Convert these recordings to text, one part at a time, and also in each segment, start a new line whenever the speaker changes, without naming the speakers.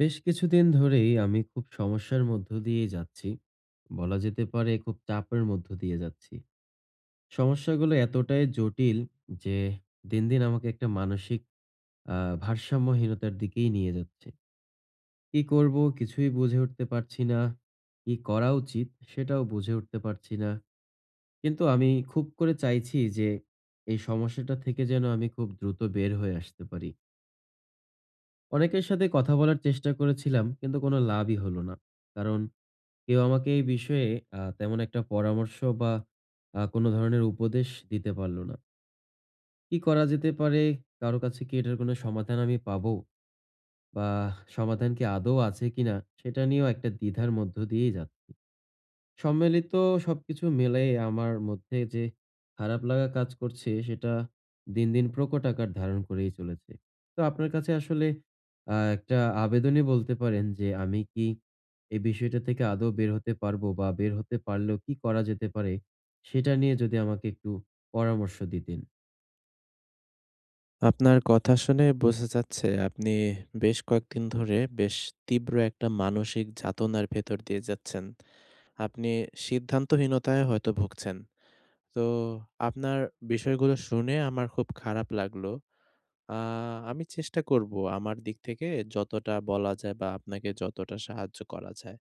বেশ কিছুদিন ধরেই আমি খুব সমস্যার মধ্য দিয়ে যাচ্ছি। বলা যেতে পারে খুব চাপের মধ্য দিয়ে যাচ্ছি। সমস্যাগুলো এতটাই জটিল যে দিন, দিন আমাকে একটা মানসিক আ ভারসাম্যহীনতার দিকেই নিয়ে যাচ্ছে। কি করব কিছুই বুঝে উঠতে পারছি না। কি করা উচিত সেটাও বুঝে উঠতে পারছি না। কিন্তু আমি খুব করে চাইছি যে এই সমস্যাটা থেকে যেন আমি খুব দ্রুত বের হয়ে আসতে পারি। অনেকের সাথে কথা বলার চেষ্টা করেছিলাম কিন্তু কোনো লাভই হলো না। কারণ কেউ আমাকে এই বিষয়ে তেমন একটা পরামর্শ বা কোনো ধরনের উপদেশ দিতে পারল না। কি করা যেতে পারে? কারো কাছে কি এটার কোনো সমাধান আমি পাবো? বা সমাধান কি আদৌ আছে কিনা? সেটা নিয়েও একটা দ্বিধার মধ্য দিয়েই যাচ্ছি। সম্মিলিত সবকিছু মিলাই আমার মধ্যে যে খারাপ লাগা কাজ করছে সেটা দিন, দিন প্রকট আকার ধারণ করেই চলেছে। তো আপনার কাছে আসলে একটা আবেদনই বলতে পারেন যে আমি কি এই বিষয়টা থেকে আদৌ বের হতে পারবো? বা বের হতে পারলেও কি করা যেতে পারে? সেটা নিয়ে যদি আমাকে একটু পরামর্শ দিতেন।
আপনার কথা শুনে বোঝা যাচ্ছে আপনি বেশ কয়েকদিন ধরে বেশ তীব্র একটা মানসিক যাতনার ভেতর দিয়ে যাচ্ছেন। আপনি সিদ্ধান্তহীনতায় হয়তো ভুগছেন। তো আপনার বিষয়গুলো শুনে আমার খুব খারাপ লাগলো। আ আমি চেষ্টা করব আমার দিক থেকে যতটা বলা যায় বা আপনাকে যতটা সাহায্য করা যায়।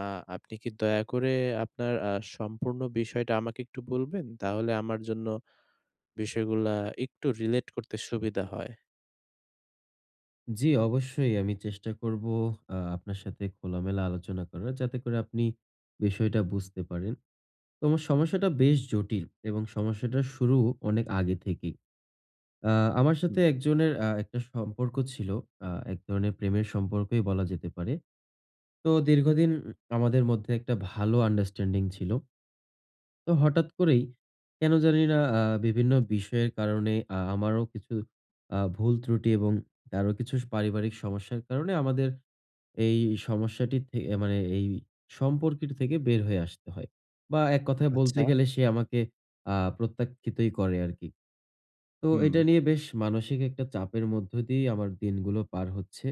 আ আপনি কি দয়া করে আপনার সম্পূর্ণ বিষয়টা আমাকে একটু বলবেন? তাহলে আমার জন্য বিষয়গুলা একটু রিলেট করতে সুবিধা হয়।
জি, অবশ্যই আমি চেষ্টা করব আপনার সাথে খোলামেলা আলোচনা করার, যাতে করে আপনি বিষয়টা বুঝতে পারেন। তোমার সমস্যাটা বেশ জটিল, এবং সমস্যাটার শুরু অনেক আগে থেকেই। আ আমার সাথে
হুম।
একজনের একটা সম্পর্ক ছিল। এক ধরনের প্রেমের সম্পর্কই বলা যেতে পারে। তো দীর্ঘদিন আমাদের মধ্যে একটা ভালো আন্ডারস্ট্যান্ডিং ছিল। তো হঠাৎ করেই কেন জানি না বিভিন্ন বিষয়ের কারণে, আমারও কিছু ভুল ত্রুটি এবং তারও কিছু পারিবারিক সমস্যার কারণে আমাদের এই সমস্যাটি থে মানে এই সম্পর্কের থেকে বের হয়ে আসতে হয়। বা এক কথায় বলতে
আচ্ছা।
গেলে সে আমাকে প্রত্যাখ্যিতই করে আরকি। তো
হুম,
এটা নিয়ে বেশ মানসিক একটা চাপের মধ্য দিয়েই আমার দিনগুলো পার হচ্ছে।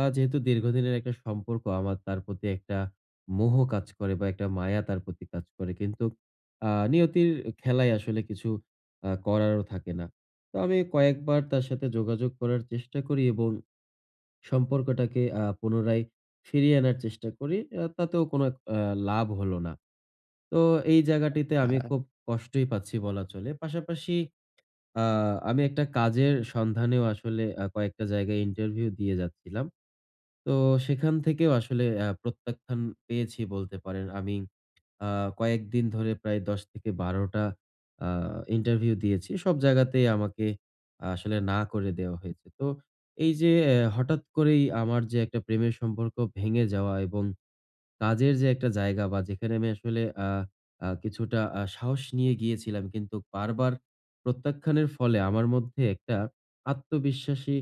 যেহেতু দীর্ঘদিনের একটা সম্পর্ক, আমার তার প্রতি একটা মোহ কাজ করে বা একটা মায়া তার প্রতি কাজ করে। কিন্তু নিয়তির খেলায় আসলে কিছু করারও থাকে না। তো আমি কয়েকবার তার সাথে যোগাযোগ করার চেষ্টা করি এবং সম্পর্কটাকে পুনরায় ফিরিয়ে আনার চেষ্টা করি। তাতেও কোনো এক লাভ হলো না। তো এই জায়গাটিতে আমি
হ্যাঁ।
খুব কষ্টই পাচ্ছি বলা চলে। পাশাপাশি আ আমি একটা কাজের সন্ধানেও আসলে কয়েকটা জায়গায় ইন্টারভিউ দিয়ে যাচ্ছিলাম। তো সেখান থেকেও আসলে প্রত্যাখ্যান পেয়েছি বলতে পারেন। আমি আ কয়েকদিন ধরে প্রায় ১০-১২ টা আ ইন্টারভিউ দিয়েছি। সব জায়গাতেই আমাকে আসলে না করে দেওয়া হয়েছে। তো এই যে হঠাৎ করেই আমার যে একটা প্রেমের সম্পর্ক ভেঙে যাওয়া, এবং কাজের যে একটা জায়গা বা যেখানে আমি আসলে আ আ কিছুটা সাহস নিয়ে গিয়েছিলাম, কিন্তু বারবার প্রত্যাখ্যানের ফলে আমার মধ্যে একটা আত্মবিশ্বাসী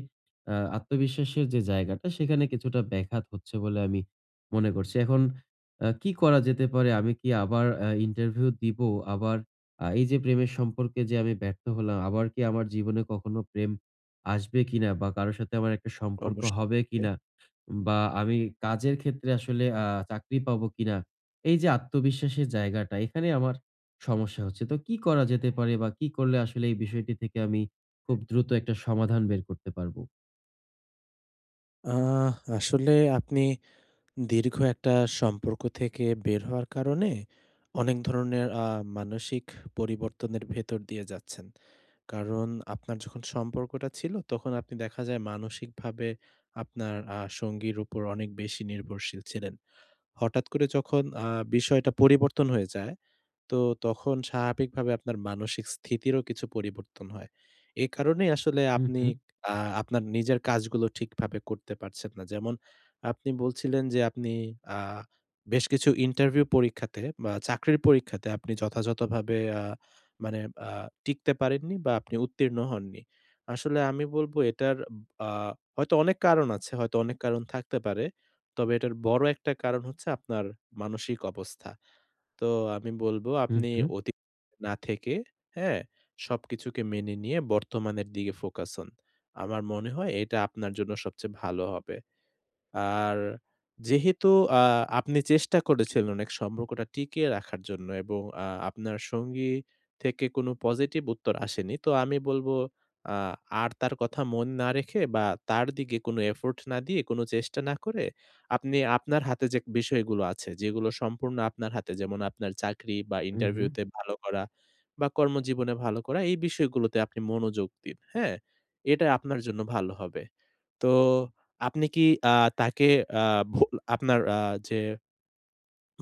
আ আত্মবিশ্বাসের যে জায়গাটা, সেখানে কিছুটা ব্যাঘাত হচ্ছে বলে আমি মনে করছি। এখন কি করা যেতে পারে? আমি কি আবার ইন্টারভিউ দিব? আবার এই যে প্রেমের সম্পর্কে যে আমি ব্যর্থ হলাম, আবার কি আমার জীবনে কখনো প্রেম আসবে কিনা? বা কারো সাথে আমার একটা সম্পর্ক হবে
অবশ্যই।
কিনা? বা আমি কাজের ক্ষেত্রে আসলে চাকরি পাবো কিনা? এই যে আত্মবিশ্বাসের জায়গাটা, এখানে আমার সমস্যা হচ্ছে। তো কি করা যেতে পারে বা কি করলে আসলে এই বিষয়টি থেকে আমি খুব দ্রুত একটা সমাধান বের করতে পারবো?
আ আসলে আপনি দীর্ঘ একটা সম্পর্ক থেকে বের হওয়ার কারণে অনেক ধরনের মানসিক পরিবর্তনের ভেতর দিয়ে যাচ্ছেন। কারণ আপনার যখন সম্পর্কটা ছিল তখন আপনি দেখা যায় মানসিকভাবে আপনার সঙ্গীর উপর অনেক বেশি নির্ভরশীল ছিলেন। হঠাৎ করে যখন বিষয়টা পরিবর্তন হয়ে যায় তো তখন স্বাভাবিকভাবে আপনার মানসিক স্থিতিরও কিছু পরিবর্তন হয়। এ কারণেই আসলে
হু,
আপনি
হু,
আ আপনার নিজের কাজগুলো ঠিকভাবে করতে পারছেন না। যেমন আপনি বলছিলেন যে আপনি আ বেশ কিছু ইন্টারভিউ পরীক্ষাতে বা চাকরির পরীক্ষাতে আপনি যথাযথভাবে মানে আ টিকতে পারেননি বা আপনি উত্তীর্ণ হননি। আসলে আমি বলব এটার আ হয়তো অনেক কারণ আছে, হয়তো অনেক কারণ থাকতে পারে। তবে এটার বড় একটা কারণ হচ্ছে আপনার মানসিক অবস্থা। তো আমি বলবো
হু,
আপনি
হু,
অতীত না থেকে, হ্যাঁ? সবকিছুকে মেনে নিয়ে বর্তমানের দিকে ফোকাস হন। আমার মনে হয় এটা আপনার জন্য সবচেয়ে ভালো হবে। আর যেহেতু আ আপনি চেষ্টা করেছিলেন এক সম্পর্কটা টিকিয়ে রাখার জন্য এবং আপনার সঙ্গী থেকে কোনো পজিটিভ উত্তর আসেনি। তো আমি বলবো আ আর তার কথা মন না রেখে বা তার দিকে কোনো এফোর্ট না দিয়ে, কোনো চেষ্টা না করে আপনি আপনার হাতে যে বিষয়গুলো আছে, যেগুলো সম্পূর্ণ আপনার হাতে যেমন আপনার চাকরি বা
হু, হু।
ইন্টারভিউতে ভালো করা বা কর্মজীবনে ভালো করা এই বিষয়গুলোতে আপনি মনোযোগ দিন। হ্যাঁ? এটা আপনার জন্য ভালো হবে। তো আপনি কি আ তাকে আ ভো আপনার যে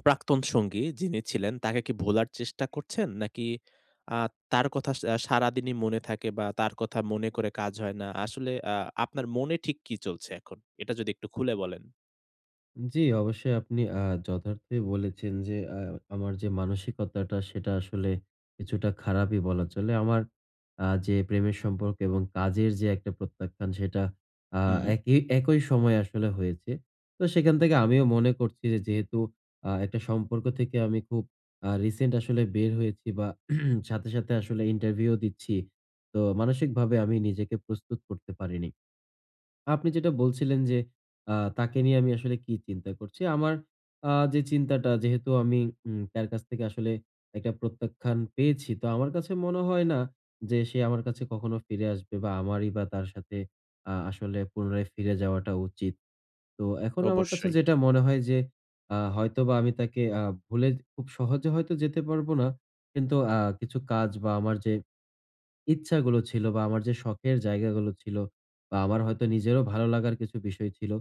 প্রাক্তন সঙ্গী যিনি ছিলেন তাকে কি ভোলার চেষ্টা করছেন? নাকি আ তার কথা সারাদিনই মনে থাকে বা তার কথা মনে করে কাজ হয় না? আসলে আপনার মনে ঠিক কি চলছে এখন? এটা যদি একটু খুলে বলেন।
জি, অবশ্যই আপনি যথার্থই বলেছেন যে আমার যে মানসিকতাটা সেটা আসলে কিছুটা খারাপই বলা চলে। আমার যে প্রেমের সম্পর্ক এবং কাজের যে একটা প্রত্যাখ্যান, সেটা আ
হুম,
একই একই সময়ে আসলে হয়েছে। তো সেখান থেকে আমিও মনে করছি যে, যেহেতু একটা সম্পর্ক থেকে আমি খুব রিসেন্ট আসলে বের হয়েছি বা সাথে, সাথে আসলে ইন্টারভিউ দিচ্ছি। তো মানসিকভাবে আমি নিজেকে প্রস্তুত করতে পারিনি। আপনি যেটা বলছিলেন যে, তাকে নিয়ে আমি আসলে কি চিন্তা করছি। আমার যে চিন্তাটা, যেহেতু আমি তার কাছ থেকে আসলে একটা প্রত্যাখ্যান পেয়েছি, তো আমার কাছে মনে হয় না যে সে আমার কাছে কখনো ফিরে আসবে, বা আমারই বা তার সাথে আসলে পুনরায় ফিরে যাওয়াটা উচিত। তো এখন আমার কাছে
অবশ্যই।
যেটা মনে হয় যে হয়তোবা আমি তাকে ভুলে খুব সহজে হয়তো যেতে পারবো না। কিন্তু কিছু কাজ বা আমার যে ইচ্ছাগুলো ছিল বা আমার যে শখের জায়গাগুলো ছিল বা আমার হয়তো নিজেরও ভালো লাগার কিছু বিষয় ছিল,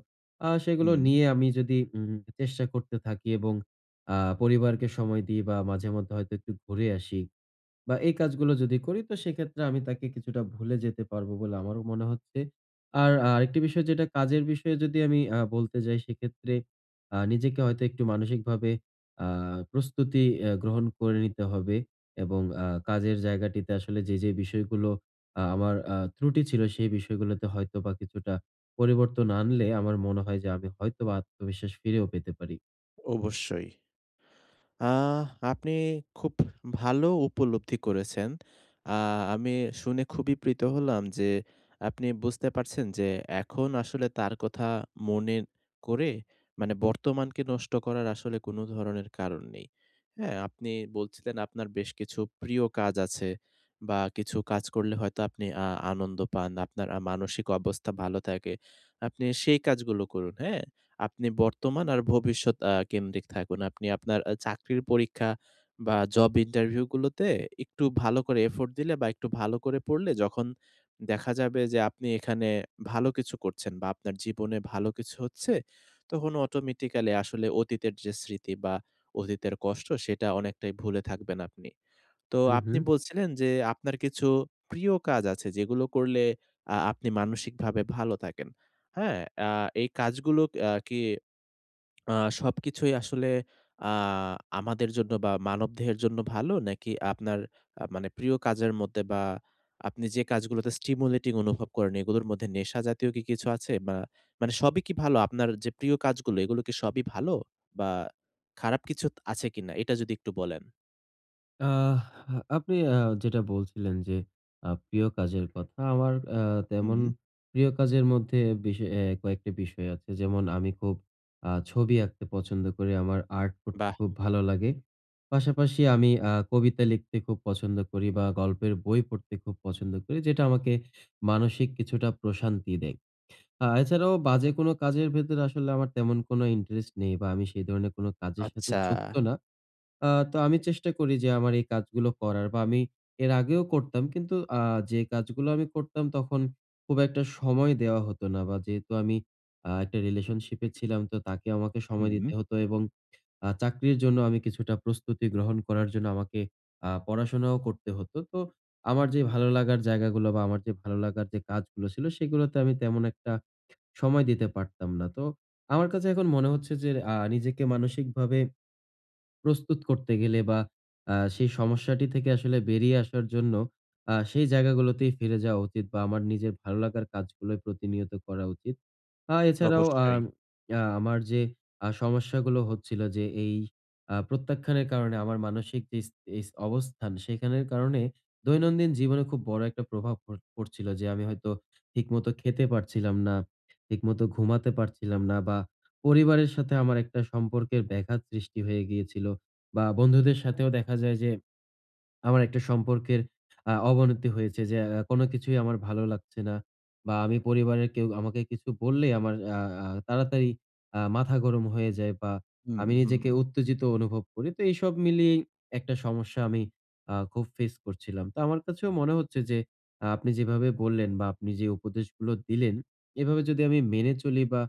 সেগুলো
হুম,
নিয়ে আমি যদি চেষ্টা করতে থাকি এবং পরিবারকে সময় দিই বা মাঝে মধ্যে হয়তো একটু ঘুরে আসি। বা এই কাজগুলো যদি করি তো সেক্ষেত্রে আমি তাকে কিছুটা ভুলে যেতে পারবো বলে আমারও মনে হচ্ছে। আর আরেকটি বিষয়, যেটা কাজের বিষয়ে যদি আমি বলতে যাই সেক্ষেত্রে নিজেকে হয়তো একটু মানসিকভাবে আ প্রস্তুতি গ্রহণ করে নিতে হবে, এবং কাজের জায়গাটিতে আসলে যে বিষয়গুলো আমার ত্রুটি ছিল সেই বিষয়গুলোতে হয়তোবা কিছুটা পরিবর্তন আনলে আমার মনে হয় যে আমি হয়তোবা আত্মবিশ্বাস ফিরেও পেতে পারি।
অবশ্যই। আহ আপনি খুব ভালো উপলব্ধি করেছেন। আ আমি শুনে খুবই প্রীত হলাম যে আপনি বুঝতে পারছেন যে এখন আসলে তার কথা মনে করে মানে বর্তমানকে নষ্ট করার আসলে কোনো ধরনের কারণ নেই। হ্যাঁ, আপনি বলছিলেন আপনার বেশ কিছু প্রিয় কাজ আছে বা কিছু কাজ করলে হয়তো আপনি আনন্দ পান। আপনার মানসিক অবস্থা ভালো থাকে। আপনি সেই কাজগুলো করুন, হ্যাঁ? আপনি বর্তমান আর ভবিষ্যৎ কেন্দ্রিক থাকুন। আপনি আপনার চাকরির পরীক্ষা বা জব ইন্টারভিউ গুলোতে একটু ভালো করে এফোর্ট দিলে বা একটু ভালো করে পড়লে যখন দেখা যাবে যে আপনি এখানে ভালো কিছু করছেন বা আপনার জীবনে ভালো কিছু হচ্ছে, তখন অটোমেটিক্যালি আসলে অতীতের যে স্মৃতি বা অতীতের কষ্ট সেটা অনেকটাই ভুলে থাকবেন আপনি। তো
হু, হু।
আপনি বলছিলেন যে আপনার কিছু প্রিয় কাজ আছে যেগুলো করলে আপনি মানসিকভাবে ভালো থাকেন। হ্যাঁ? আ এই কাজগুলো কি আ সবকিছুই আসলে আ আমাদের জন্য বা মানবদেহের জন্য ভালো? নাকি আপনার মানে প্রিয় কাজের মধ্যে বা আপনি যে কাজগুলোতে স্টিমুলেটিং অনুভব করেন এগুলোর মধ্যে নেশা জাতীয় কি কিছু আছে? বা মানে সবই কি ভালো? আপনার যে প্রিয় কাজগুলো এগুলো কি সবই ভালো? বা খারাপ কিছু ত আছে কিনা? এটা যদি একটু বলেন।
আহ আপনি যেটা বলছিলেন যে প্রিয় কাজের কথা, আমার তেমন
হুম।
প্রিয় কাজের মধ্যে কয়েকটা বিষয় আছে। যেমন আমি খুব ছবি আঁকতে পছন্দ করি, আমার আর্ট করতে
বাহ!
খুব ভালো লাগে। পাশাপাশি আমি কবিতা লিখতে খুব পছন্দ করি বা গল্পের বই পড়তে খুব পছন্দ করি, যেটা আমাকে মানসিক কিছুটা প্রশান্তি দেয়। এছাড়াও বাজে কোনো কাজের ভেতরে আসলে আমার তেমন কোনো ইন্টারেস্ট নেই, বা আমি সেই ধরনের কোনো কাজের সাথে
আচ্ছা।
যুক্ত না। তো আমি চেষ্টা করি যে আমার এই কাজগুলো করার, বা আমি এর আগেও করতাম। কিন্তু যে কাজগুলো আমি করতাম তখন খুব একটা সময় দেওয়া হতো না, বা যেহেতু আমি একটা রিলেশনশিপ এ ছিলাম, তো তাকে আমাকে সময়
হুম।
দিতে হতো, এবং চাকরির জন্য আমি কিছুটা প্রস্তুতি গ্রহণ করার জন্য আমাকে পড়াশোনাও করতে হতো। তো আমার যে ভালো লাগার জায়গাগুলো বা আমার যে ভালো লাগার যে কাজগুলো ছিল সেগুলোতে আমি তেমন একটা সময় দিতে পারতাম না। তো আমার কাছে এখন মনে হচ্ছে যে নিজেকে মানসিকভাবে প্রস্তুত করতে গেলে বা সেই সমস্যাটি থেকে আসলে বেরিয়ে আসার জন্য সেই জায়গাগুলোতেই ফিরে যাওয়া উচিত বা আমার নিজের ভালো লাগার কাজগুলোই প্রতিনিয়ত করা উচিত। এছাড়াও আ
অবশ্যই।
আ আমার যে সমস্যাগুলো হচ্ছিল, যে এই প্রত্যাখ্যানের কারণে আমার মানসিক যে ইস ইস অবস্থান, সেখানের কারণে দৈনন্দিন জীবনে খুব বড় একটা প্রভাব পড়ছিল, যে আমি হয়তো ঠিকমতো খেতে পারছিলাম না, ঠিকমতো ঘুমাতে পারছিলাম না, বা পরিবারের সাথে আমার একটা সম্পর্কের ব্যাঘাত সৃষ্টি হয়ে গিয়েছিল, বা বন্ধুদের সাথেও দেখা যায় যে আমার একটা সম্পর্কের অবনতি হয়েছে, যে কোনো কিছুই আমার ভালো লাগছে না, বা আমি, পরিবারের কেউ আমাকে কিছু বললেই আমার আ আ তাড়াতাড়ি মাথা গরম হয়ে যায়, বা
হুম,
আমি
হুম।
নিজেকে উত্তেজিত অনুভব করি। তো এইসব মিলিয়েই একটা সমস্যা আমি খুব ফেস করছিলাম। তো আমার কাছেও মনে হচ্ছে যে আপনি যেভাবে বললেন বা আপনি যে উপদেশগুলো দিলেন, এভাবে যদি আমি মেনে চলি বা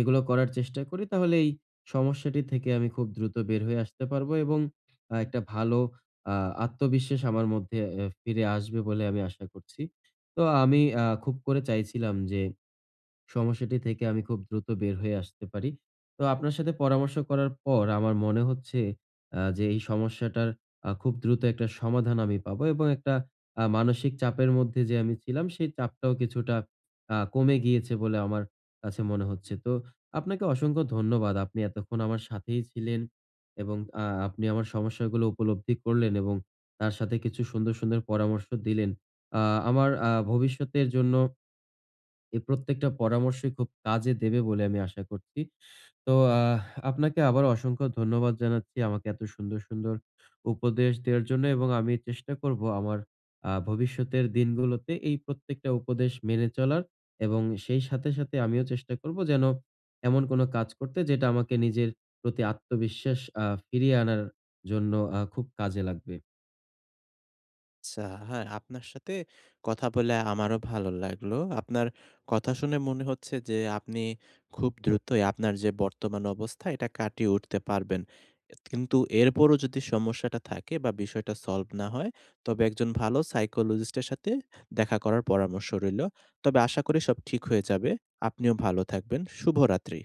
এগুলো করার চেষ্টা করি তাহলে এই সমস্যাটি থেকে আমি খুব দ্রুত বের হয়ে আসতে পারবো, এবং একটা ভালো আ আত্মবিশ্বাস আমার মধ্যে ফিরে আসবে বলে আমি আশা করছি। তো আমি খুব করে চাইছিলাম যে সমস্যাটি থেকে আমি খুব দ্রুত বের হয়ে আসতে পারি। তো আপনার সাথে পরামর্শ করার পর আমার মনে হচ্ছে যে এই সমস্যাটার খুব দ্রুত একটা সমাধান আমি পাবো, এবং একটা মানসিক চাপের মধ্যে যে আমি ছিলাম সেই চাপটাও কিছুটা কমে গিয়েছে বলে আমার কাছে মনে হচ্ছে। তো আপনাকে অসংখ্য ধন্যবাদ। আপনি এতক্ষণ আমার সাথেই ছিলেন, এবং আপনি আমার সমস্যাগুলো উপলব্ধি করলেন, এবং তার সাথে কিছু সুন্দর, সুন্দর পরামর্শ দিলেন। আ আমার ভবিষ্যতের জন্য এই প্রত্যেকটা পরামর্শই খুব কাজে দেবে বলে আমি আশা করছি। তো আপনাকে আবারও অসংখ্য ধন্যবাদ জানাচ্ছি আমাকে এত সুন্দর, সুন্দর উপদেশ দেওয়ার জন্য, এবং আমি চেষ্টা করব আমার ভবিষ্যতের দিনগুলোতে এই প্রত্যেকটা উপদেশ মেনে চলার, এবং সেই সাথে, সাথে আমিও চেষ্টা করব যেন এমন কোন কাজ করতে যেটা আমাকে নিজের প্রতি আত্মবিশ্বাস ফিরিয়ে আনার জন্য খুব কাজে লাগবে।
আচ্ছা, হ্যাঁ, আপনার সাথে কথা বলে আমারও ভালো লাগলো। আপনার কথা শুনে মনে হচ্ছে যে আপনি খুব দ্রুতই আপনার যে বর্তমান অবস্থা এটা কাটিয়ে উঠতে পারবেন। এত কিন্তু এরপরও যদি সমস্যাটা থাকে বা বিষয়টা সলভ না হয়, তবে একজন ভালো সাইকোলজিস্ট এর সাথে দেখা করার পরামর্শ রইলো। তবে আশা করি সব ঠিক হয়ে যাবে। আপনিও ভালো থাকবেন। শুভরাত্রি।